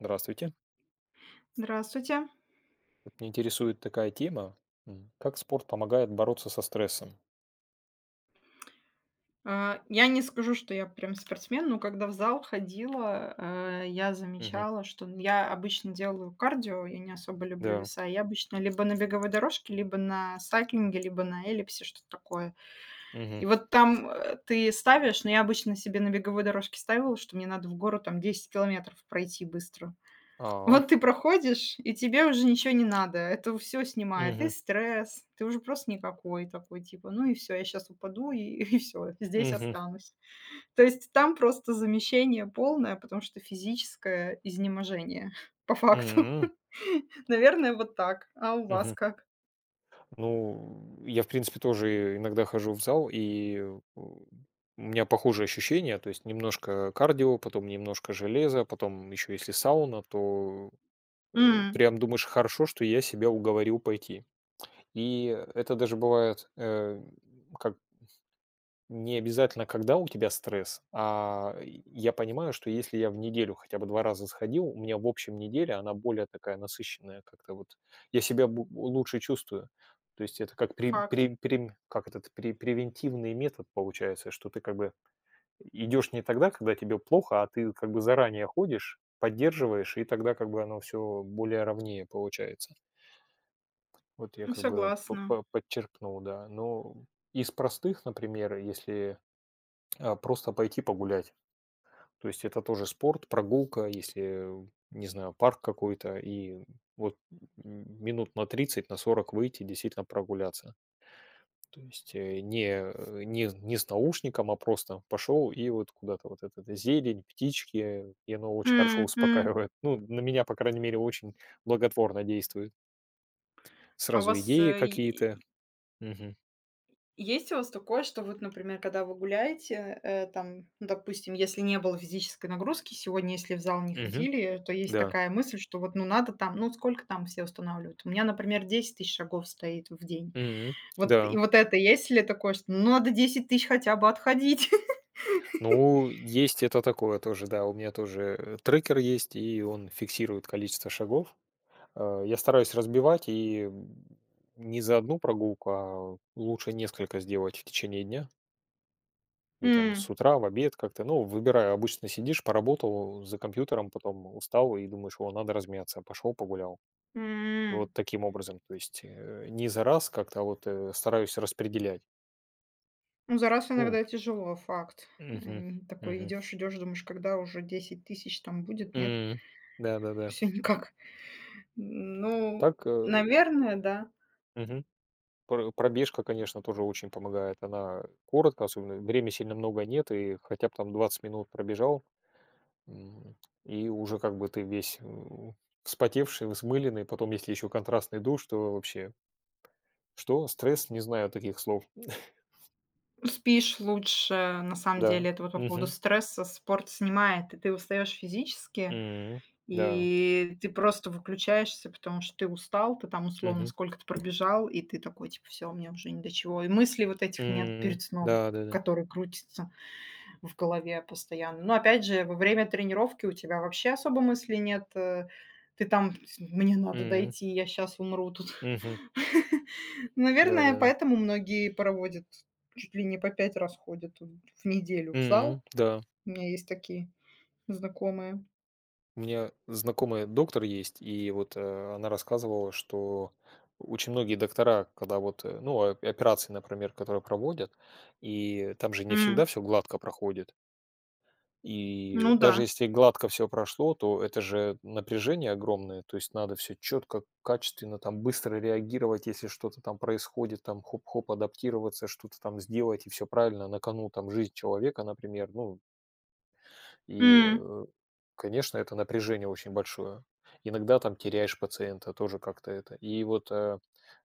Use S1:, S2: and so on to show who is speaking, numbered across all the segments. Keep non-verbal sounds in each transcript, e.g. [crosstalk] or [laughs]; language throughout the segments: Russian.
S1: Здравствуйте.
S2: Здравствуйте.
S1: Вот, меня интересует такая тема, как спорт помогает бороться со стрессом.
S2: А, я не скажу, что я прям спортсмен, но когда в зал ходила, я
S1: Мгм.
S2: замечала, что я обычно делаю кардио, я не особо люблю
S1: Да.
S2: веса. Я обычно либо на беговой дорожке, либо на сайклинге, либо на эллипсе, что-то такое.
S1: Мгм.
S2: И вот там, ты ставишь, но я обычно себе на беговой дорожке ставила, что мне надо в гору там 10 километров пройти быстро.
S1: А.
S2: Вот ты проходишь, и тебе уже ничего не надо. Это все снимает, и
S1: Мгм.
S2: стресс. Ты уже просто никакой такой, типа: "Ну и все, я сейчас упаду, и [laughs] и всё, здесь
S1: Мгм.
S2: останусь". То есть там просто замещение полное, потому что физическое изнеможение [laughs] по факту.
S1: М.
S2: [laughs] Наверное, вот так. А у вас
S1: Мгм.
S2: как?
S1: Ну, я, в принципе, тоже иногда хожу в зал, и у меня похожие ощущения, то есть немножко кардио, потом немножко железа, потом еще если сауна, то
S2: М,
S1: прям думаешь, хорошо, что я себя уговорил пойти. И это даже бывает, э, как не обязательно, когда у тебя стресс, а я понимаю, что если я в неделю хотя бы 2 раза сходил, у меня в общем неделя, она более такая насыщенная как-то вот. Я себя бу лучше чувствую. То есть это как пре
S2: факт.
S1: пре прем как этот пре превентивный метод получается, что ты как бы идешь не тогда, когда тебе плохо, а ты как бы заранее ходишь, поддерживаешь, и тогда как бы оно все более ровнее получается. Вот я как бы
S2: Согласна.
S1: по подчеркнул, да. Но из простых, например, если а, просто пойти погулять. То есть это тоже спорт, прогулка, если, не знаю, парк какой-то, и вот минут на 30 на 40 выйти, действительно прогуляться. То есть не с наушником, а просто пошел и вот куда-то вот этот зелень, птички, и оно очень хорошо [laughs]
S2: М, м.
S1: успокаивает. Ну, на меня, по крайней мере, очень благотворно действует.
S2: А у
S1: Сразу
S2: вас,
S1: идеи
S2: э,
S1: какие-то. Мгм.
S2: Есть у вас такое, что вот, например, когда вы гуляете, там, ну, допустим, если не было физической нагрузки сегодня, если в зал не
S1: Мгм.
S2: ходили, то есть
S1: Да.
S2: такая мысль, что вот, ну, надо там, ну, сколько там все устанавливают? У меня, например, 10 000 шагов стоит в день.
S1: Мгм.
S2: Вот, и
S1: Да.
S2: вот это, есть ли такое, что ну, надо 10 000 хотя бы отходить? [laughs]
S1: Ну, есть это такое тоже, да. У меня тоже трекер есть, и он фиксирует количество шагов. Я стараюсь разбивать не за одну прогулку, а лучше несколько сделать в течение дня. И там с
S2: М,
S1: утра, в обед как-то, ну, выбираю. Обычно сидишь, поработал за компьютером, потом устал и думаешь: "О, надо размяться". Пошел погулял. Вот
S2: м.
S1: таким образом. То есть, не за раз как-то, а вот, стараюсь распределять.
S2: Ну, за раз
S1: Ну,
S2: иногда тяжело, факт.
S1: мгм,
S2: Такой
S1: мгм.
S2: идешь, идешь, думаешь, когда уже 10 000 там будет, нет,
S1: М. Да-да-да.
S2: все никак. Ну,
S1: Так,
S2: наверное, да.
S1: мгм. Пр Пробежка, конечно, тоже очень помогает. Она коротко, особенно времени сильно много нет, и хотя бы там 20 минут пробежал, м, и уже как бы ты весь, вспотевший, взмыленный. Потом, если еще контрастный душ, то вообще что? Стресс? Не знаю таких слов.
S2: Спишь лучше, на самом
S1: Да.
S2: деле. Это вот по поводу
S1: Мгм.
S2: стресса. Спорт снимает, и ты устаешь физически,
S1: М. Да.
S2: и ты просто выключаешься, потому что ты устал, ты там условно
S1: Мгм.
S2: сколько-то пробежал, и ты такой, типа, всё, мне уже ни до чего. И мыслей вот этих нет
S1: М.
S2: перед сном,
S1: Да-да-да.
S2: которые крутятся в голове постоянно. Но опять же, во время тренировки у тебя вообще особо мыслей нет. Ты там, мне надо
S1: М.
S2: дойти, я сейчас умру тут.
S1: Мгм.
S2: [laughs] Наверное,
S1: Да-да-да.
S2: поэтому многие проводят, чуть ли не по 5 раз ходят в неделю в зал.
S1: М. Да.
S2: У меня есть такие знакомые.
S1: У меня знакомая доктор есть, и вот, она рассказывала, что очень многие доктора, когда вот, ну, операции, например, которые проводят, и там же не всегда
S2: М,
S1: все гладко проходит. И
S2: Ну да.
S1: даже если гладко все прошло, то это же напряжение огромное, то есть надо все четко, качественно, там быстро реагировать, если что-то там происходит, там хоп-хоп, адаптироваться, что-то там сделать, и все правильно, на кону там жизнь человека, например, ну, и,
S2: М.
S1: конечно, это напряжение очень большое. Иногда там теряешь пациента, тоже как-то это. И вот,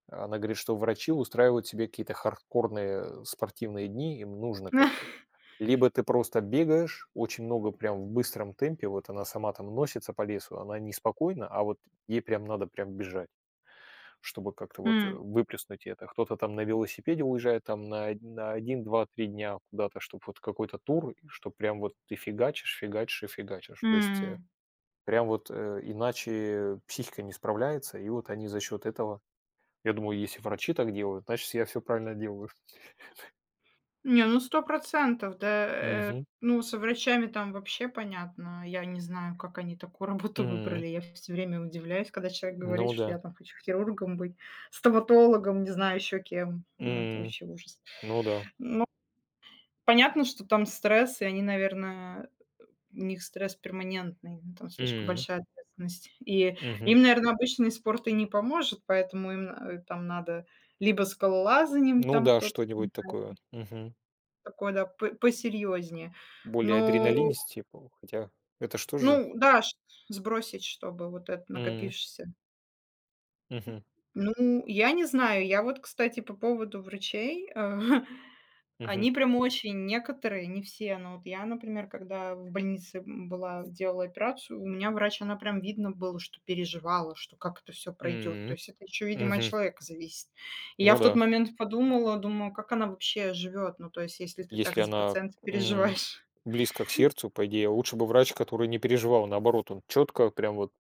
S1: она говорит, что врачи устраивают себе какие-то хардкорные спортивные дни, им нужно как-то.
S2: [laughs]
S1: Либо ты просто бегаешь очень много, прям в быстром темпе, вот она сама там носится по лесу, она неспокойна, а вот ей прям надо прям бежать, чтобы как-то вот
S2: М,
S1: выплеснуть это. Кто-то там на велосипеде уезжает там на один, два, три дня куда-то, чтобы вот какой-то тур, что прям вот ты фигачишь, фигачишь и фигачишь. То есть
S2: м.
S1: прям вот иначе психика не справляется, и вот они за счет этого, я думаю, если врачи так делают, значит, я все правильно делаю.
S2: Не, ну сто процентов, да.
S1: Мгм.
S2: Ну, со врачами там вообще понятно. Я не знаю, как они такую работу
S1: М.
S2: выбрали. Я все время удивляюсь, когда человек говорит,
S1: Ну
S2: что
S1: да.
S2: я там хочу хирургом быть, стоматологом, не знаю еще кем. Ну, это
S1: М.
S2: вообще ужас.
S1: Ну да.
S2: Ну, понятно, что там стресс, и они, наверное, у них стресс перманентный, ну, там слишком
S1: М.
S2: большая ответственность. И
S1: Мгм.
S2: им, наверное, обычный спорт и не поможет, поэтому им, там надо либо скалолазанием
S1: Ну
S2: там
S1: да,
S2: кто-то.
S1: что-нибудь такое. Мгм.
S2: Такое да, по посерьезнее.
S1: Более
S2: Но,
S1: адреналинистее, хотя это что же?
S2: ну да, ш сбросить, чтобы вот это
S1: М.
S2: накопившееся.
S1: Мгм.
S2: Ну, я не знаю. Я вот, кстати, по поводу врачей, [laughs]
S1: Мгм.
S2: они прям очень некоторые, не все, но вот я, например, когда в больнице, была, делала операцию, у меня врач, она прям видно было, что переживала, что как это все пройдет. То
S1: М,
S2: есть это еще, видимо, от
S1: мгм.
S2: человека зависит. И я
S1: Ну
S2: в тот
S1: да,
S2: момент подумала, думаю, как она вообще живет. Ну, то есть, если ты так
S1: если
S2: за
S1: она,
S2: пациента
S1: м,
S2: переживаешь.
S1: близко к сердцу, по идее, лучше бы врач, который не переживал. Наоборот, он четко, прям вот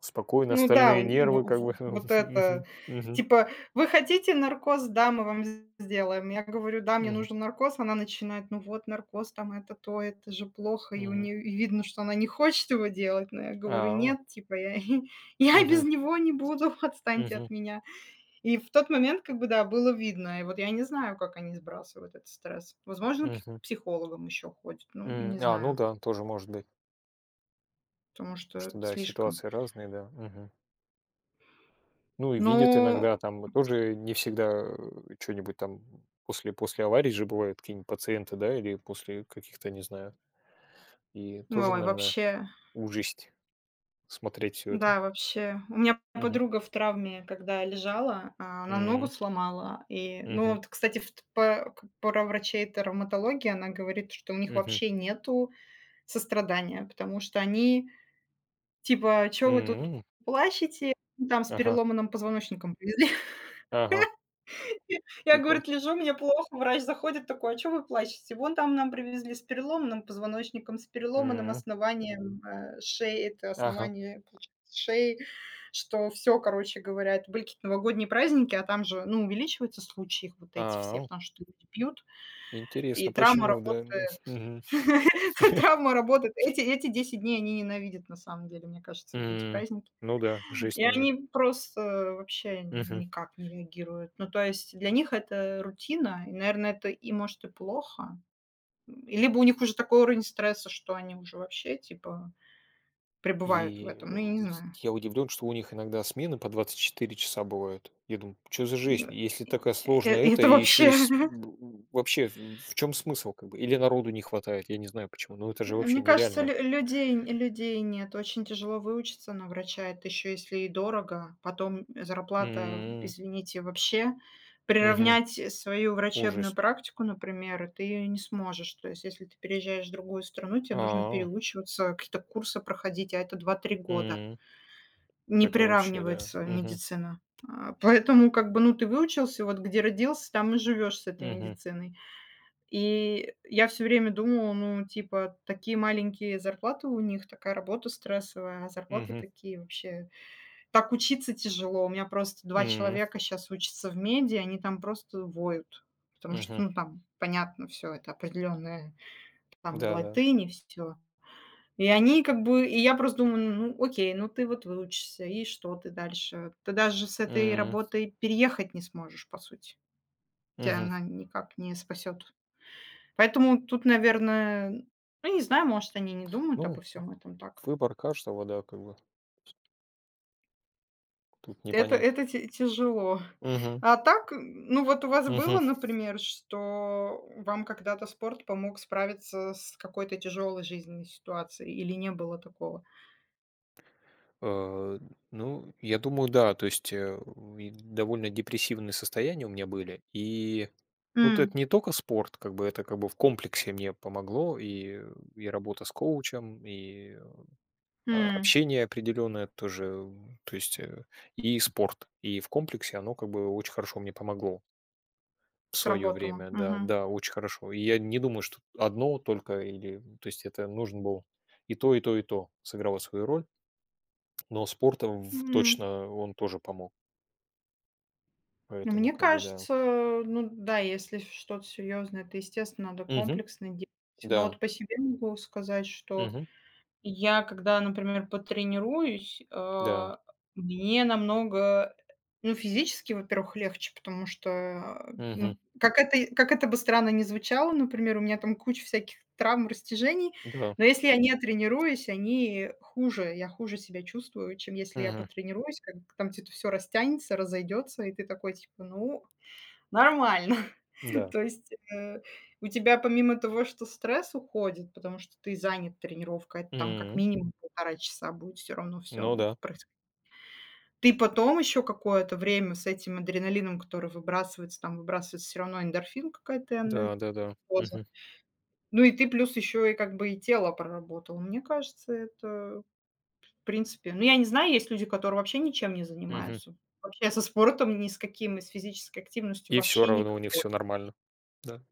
S1: спокойно,
S2: Ну да, у
S1: остальные
S2: нь
S1: нервы, как
S2: в
S1: бы. [laughs]
S2: вот это,
S1: Мгм, мгм,
S2: типа: "Вы хотите наркоз? Да, мы вам сделаем". Я говорю: "Да, мне
S1: мгм,
S2: нужен наркоз". Она начинает: "Ну вот наркоз, там это, то, это же плохо". И у
S1: мгм.
S2: нее видно, что она не хочет его делать, но я говорю:
S1: А,
S2: "Нет, типа, я [laughs] я без
S1: мгм,
S2: него не буду, [laughs] отстаньте от
S1: мгм,
S2: меня". И в тот момент, как бы, да, было видно. И вот я не знаю, как они сбрасывают этот стресс. Возможно, к
S1: мгм,
S2: психологам еще ходят, ну,
S1: м.
S2: не
S1: А, ну
S2: знаю,
S1: да, тоже может быть.
S2: потому что
S1: Потому что,
S2: это
S1: да,
S2: слишком.
S1: ситуации разные, да. Мгм. Ну и видит
S2: Ну,
S1: иногда там, вот тоже не всегда, что нибудь там после аварий же бывают какие-нибудь пациенты, да, или после каких-то, не знаю. И тоже,
S2: ой,
S1: наверное.
S2: вообще.
S1: Ужесть смотреть все это.
S2: Да, вообще. У меня
S1: Мгм.
S2: подруга в травме, когда лежала, а, она ногу
S1: М,
S2: сломала. И, ну,
S1: мгм,
S2: вот, кстати, в т- по- к- про врачей травматологии она говорит, что у них
S1: мгм,
S2: вообще нету сострадания, потому что они типа, что вы тут
S1: м.
S2: плачете? Ну, там с
S1: Ага,
S2: переломанным позвоночником [laughs] привезли.
S1: ага.
S2: Я,
S1: Типа,
S2: говорит, лежу, мне плохо, врач заходит такой: "А чё вы плачете?" "Вон там нам привезли с переломанным позвоночником, с переломанным
S1: м,
S2: основанием, шеи". Это
S1: ага,
S2: основание, получается, шеи, что все, короче говоря, это были какие-то новогодние праздники, а там же, ну, увеличиваются случаи их вот эти все,
S1: а.
S2: потому что люди пьют, и
S1: Интересно,
S2: травма
S1: почему, да?
S2: работает.
S1: Мгм.
S2: [laughs]
S1: [laughs]
S2: Травма работает. Эти 10 дней они ненавидят, на самом деле, мне кажется, вот эти
S1: М,
S2: праздники.
S1: ну да, жесть,
S2: И
S1: наверное.
S2: они просто вообще никак не реагируют. Ну, то есть для них это рутина, и, наверное, это и, может, и плохо. И либо у них уже такой уровень стресса, что они уже вообще, типа, пребывают в
S1: И,
S2: этом.
S1: э,
S2: Ну, я не
S1: усь
S2: знаю.
S1: я удивлен, что у них иногда смены по 24 часа бывают. Я думаю: "Что за жизнь?
S2: Н
S1: Если такая
S2: э
S1: сложная это,
S2: Это
S1: и еще и
S2: вообще.
S1: с б вообще в чём смысл, как бы?" Или народу не хватает, я не знаю почему, но это же
S2: Мне
S1: вообще
S2: кажется,
S1: нереально.
S2: людей нет. Очень тяжело выучиться на врача. Это еще если и дорого. Потом зарплата,
S1: М,
S2: извините, вообще.
S1: мгм.
S2: Приравнять свою врачебную
S1: Ужас.
S2: практику, например, ты не сможешь. То есть если ты переезжаешь в другую страну, тебе нужно
S1: А,
S2: переучиваться, какие-то курсы проходить, а это 2-3 года.
S1: м.
S2: Не
S1: Это вообще, да.
S2: приравнивается
S1: Мгм.
S2: медицина. Поэтому как бы, ну, ты выучился, вот где родился, там и живешь с этой
S1: Мгм.
S2: медициной. И я все время думала, ну, типа, такие маленькие зарплаты у них, такая работа стрессовая, а зарплаты
S1: Мгм.
S2: такие вообще. Так учиться тяжело. У меня просто два
S1: М.
S2: человека сейчас учатся в меди, они там просто воют. Потому
S1: Мгм.
S2: что, ну, там понятно все это определенное, там и
S1: Да-да.
S2: латынь, и всё. И они как бы и я просто думаю: "Ну, окей, ну ты вот выучишься, и что ты дальше? Ты даже с этой
S1: М.
S2: работой переехать не сможешь, по сути. Тебя
S1: Мгм.
S2: она никак не спасет. Поэтому тут, наверное, ну, не знаю, может, они не думают
S1: Ну,
S2: обо всём этом так".
S1: выбор каждого, да, как бы тут не понять.
S2: Это ти тяжело.
S1: Мгм.
S2: А так, ну, вот у вас
S1: Мгм.
S2: было, например, что вам когда-то спорт помог справиться с какой-то тяжелой жизненной ситуацией или не было такого?
S1: Э, ну, я думаю, да, то есть, и довольно депрессивные состояния у меня были. И, ну, т это
S2: М,
S1: не только спорт, как бы это как бы в комплексе мне помогло, и работа с коучем, и а,
S2: м,
S1: общение определенное тоже, то есть, и спорт. И в комплексе оно как бы очень хорошо мне помогло в свое
S2: Сработало.
S1: время. Да,
S2: Мгм.
S1: да, очень хорошо. И я не думаю, что одно только или, то есть это нужен был и то, и то, и то сыграло свою роль. Но спорт в
S2: М.
S1: точно он тоже помог.
S2: Ну,
S1: Поэтому
S2: мне
S1: как бы да.
S2: кажется, ну да, если что-то серьезное, это, естественно, надо
S1: Мгм.
S2: комплексно делать. Но
S1: Да.
S2: вот по себе могу сказать, что
S1: Мгм.
S2: я когда, например, потренируюсь,
S1: Да.
S2: мне намного, ну, физически, во-первых, легче, потому что,
S1: Мгм.
S2: ну, как это бы странно ни звучало, например, у меня там куча всяких травм, растяжений,
S1: Да.
S2: но если я не тренируюсь, они хуже, я хуже себя чувствую, чем если я
S1: Мгм.
S2: потренируюсь, как там где-то все растянется, разойдется, и ты такой типа: "Ну, нормально. [laughs]
S1: Да.
S2: То есть, у тебя помимо того, что стресс уходит, потому что ты занят тренировкой, это там как
S1: М.
S2: минимум полтора часа будет все равно все
S1: Ну да.
S2: происходить. Ты потом еще какое-то время с этим адреналином, который выбрасывается, там выбрасывается все равно эндорфин, какая-то она
S1: Да-да-да.
S2: доза.
S1: Мгм.
S2: Ну и ты плюс еще и как бы и тело проработал. Мне кажется, это в принципе, ну, я не знаю, есть люди, которые вообще ничем не
S1: Мгм.
S2: занимаются. Вообще со спортом ни с каким и с физической активностью
S1: И все
S2: вообще
S1: равно у них
S2: никакой.
S1: все нормально. Да.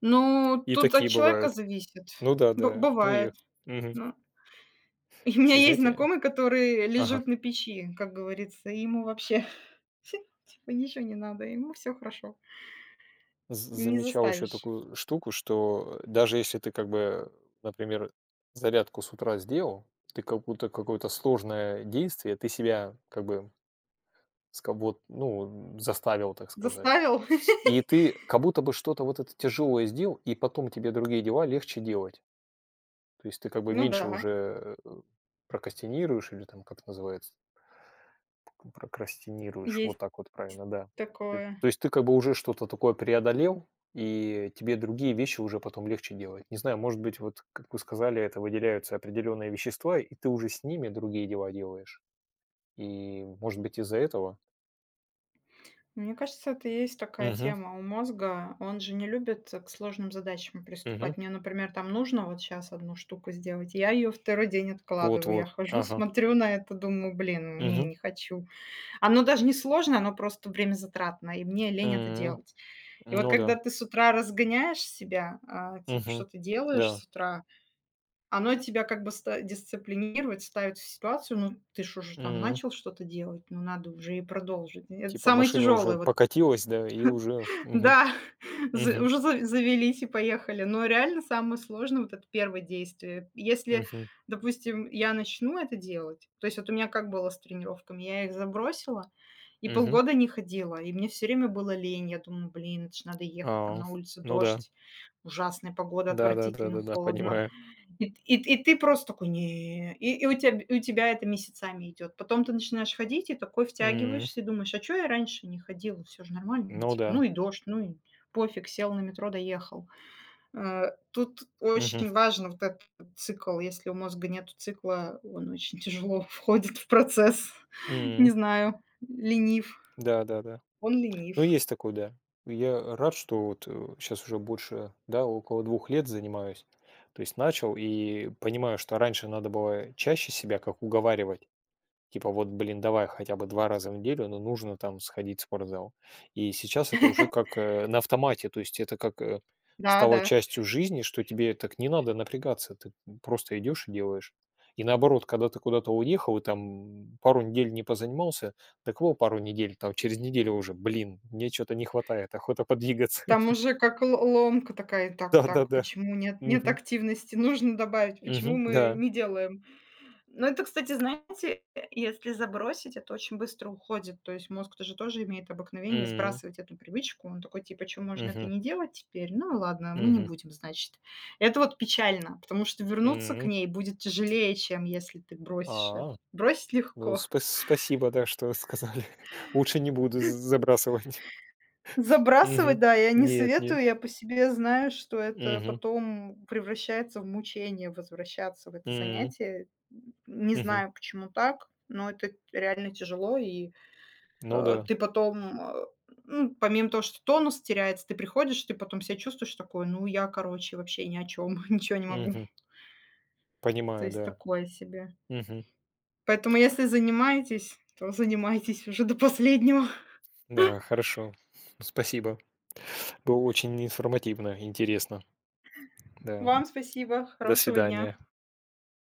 S2: Ну,
S1: И
S2: тут от
S1: такие
S2: человека
S1: бывают.
S2: зависит.
S1: Ну да,
S2: Бы
S1: да. Ну
S2: Бывает.
S1: и мгм.
S2: Ну, [laughs] и у меня
S1: Еще,
S2: есть
S1: знаете,
S2: знакомый, который
S1: ага,
S2: лежит на печи, как говорится, и ему вообще [laughs] типа ничего не надо, ему все хорошо.
S1: з
S2: Не
S1: замечал еще
S2: заставишь.
S1: такую штуку, что даже если ты как бы, например, зарядку с утра сделал, ты как будто какое-то сложное действие, ты себя как бы ска вот, ну, заставил, так сказать.
S2: Заставил? [laughs]
S1: И ты как будто бы что-то вот это тяжелое сделал, и потом тебе другие дела легче делать. То есть ты как бы
S2: Ну
S1: меньше
S2: да,
S1: уже, прокрастинируешь или там как это называется. Прокрастинируешь, вот
S2: есть
S1: так вот правильно, да. То есть
S2: такое.
S1: то есть ты как бы уже что-то такое преодолел, и тебе другие вещи уже потом легче делать. Не знаю, может быть, вот, как вы сказали, это выделяются определенные вещества, и ты уже с ними другие дела делаешь. И, может быть, из-за этого?
S2: Мне кажется, это и есть такая
S1: Мгм,
S2: тема у мозга. Он же не любит к сложным задачам
S1: мгм.
S2: приступать. Мне, например, там нужно вот сейчас одну штуку сделать, я ее второй день
S1: Вот,
S2: откладываю. Я
S1: вот.
S2: хожу, [laughs]
S1: Ага.
S2: смотрю на это, думаю: "Блин, не,
S1: Мгм.
S2: не хочу". Оно даже не сложно, оно просто времязатратно, и мне лень это
S1: М.
S2: делать. И вот
S1: Ну
S2: когда
S1: да.
S2: ты с утра разгоняешь себя, а, типа, что
S1: Мгм.
S2: ты делаешь с
S1: Да.
S2: утра, оно тебя как бы ста дисциплинирует, ставит в ситуацию: "Ну, ты ж уже там
S1: М.
S2: начал что-то делать, ну, надо уже и продолжить". Это
S1: Типа
S2: самое
S1: машина
S2: тяжелое
S1: уже
S2: вот.
S1: покатилась, да, и уже мгм,
S2: Да, [laughs] з
S1: мгм,
S2: уже за завелись и поехали. Но реально самое сложное — вот это первое действие. Если,
S1: мгм,
S2: допустим, я начну это делать, то есть вот у меня как было с тренировками, я их забросила и
S1: мгм.
S2: полгода не ходила, и мне все время было лень. Я думаю: "Блин, это ж надо ехать, там
S1: А,
S2: на улице
S1: ну да.
S2: дождь, ужасная погода, отвратительно
S1: Да-да-да-да-да,
S2: холодно".
S1: понимаю.
S2: И ты просто такой: "Не". И у тебя это месяцами идет. Потом ты начинаешь ходить и такой
S1: М,
S2: втягиваешься и думаешь: "А чё я раньше не ходил? Всё же нормально". Ну,
S1: ну
S2: типа, ну
S1: да.
S2: и дождь, ну и пофиг, сел на метро, доехал. Тут
S1: Мгм.
S2: очень важно вот этот цикл. Если у мозга нету цикла, он очень тяжело [laughs] входит в процесс. [laughs] Не
S1: М,
S2: знаю, ленив.
S1: да-да-да.
S2: Он
S1: Ну,
S2: ленив.
S1: есть такой, да. Я рад, что вот, сейчас уже больше, да, около 2 лет занимаюсь. То есть начал и понимаю, что раньше надо было чаще себя как уговаривать. Типа вот, блин, давай хотя бы 2 раза в неделю, но нужно там сходить в спортзал. И сейчас это уже
S2: [laughs]
S1: как, на автомате, то есть это как,
S2: Да,
S1: стало
S2: да.
S1: частью жизни, что тебе так не надо напрягаться, ты просто идешь и делаешь. И наоборот, когда ты куда-то уехал и там пару недель не позанимался, так вот пару недель, там через неделю уже: "Блин, мне что то не хватает, охота подвигаться".
S2: Там
S1: [laughs]
S2: уже как л ломка такая: "Так, так,
S1: Да-да-да.
S2: почему нет
S1: Мгм.
S2: активности? Нужно добавить. Почему
S1: Мгм.
S2: мы
S1: Да.
S2: не делаем?" Но это, кстати, знаете, если забросить, это очень быстро уходит. То есть мозг тоже имеет обыкновение
S1: М.
S2: сбрасывать эту привычку. Он такой типа: "Чё, можно это
S1: Мгм.
S2: не делать теперь? Ну ладно, мы не
S1: Мгм.
S2: будем, значит". Это вот печально, потому что вернуться к
S1: М.
S2: ней будет тяжелее, чем если ты бросишь это.
S1: А.
S2: Бросить
S1: Ну,
S2: легко.
S1: спасибо, да, что сказали. [laughs] Лучше не буду з забрасывать.
S2: Забрасывать,
S1: Мгм.
S2: да, я не
S1: Нет, нет.
S2: советую. Я по себе знаю, что это
S1: Мгм.
S2: потом превращается в мучение возвращаться в это
S1: М.
S2: занятие. М, не
S1: Мгм.
S2: знаю, почему так, но это реально тяжело. И,
S1: Ну да.
S2: ты потом, ну, помимо того, что тонус теряется, ты приходишь, ты потом себя чувствуешь такой: "Ну, я, короче, вообще ни о чем, [laughs] ничего не могу".
S1: Мгм.
S2: То
S1: Понимаю,
S2: есть
S1: да.
S2: такое себе.
S1: Мгм.
S2: Поэтому, если занимаетесь, то занимайтесь уже до последнего.
S1: Да, хорошо. Спасибо. Было очень информативно, интересно. Да.
S2: Вам спасибо,
S1: До
S2: хорошего дня.
S1: свидания.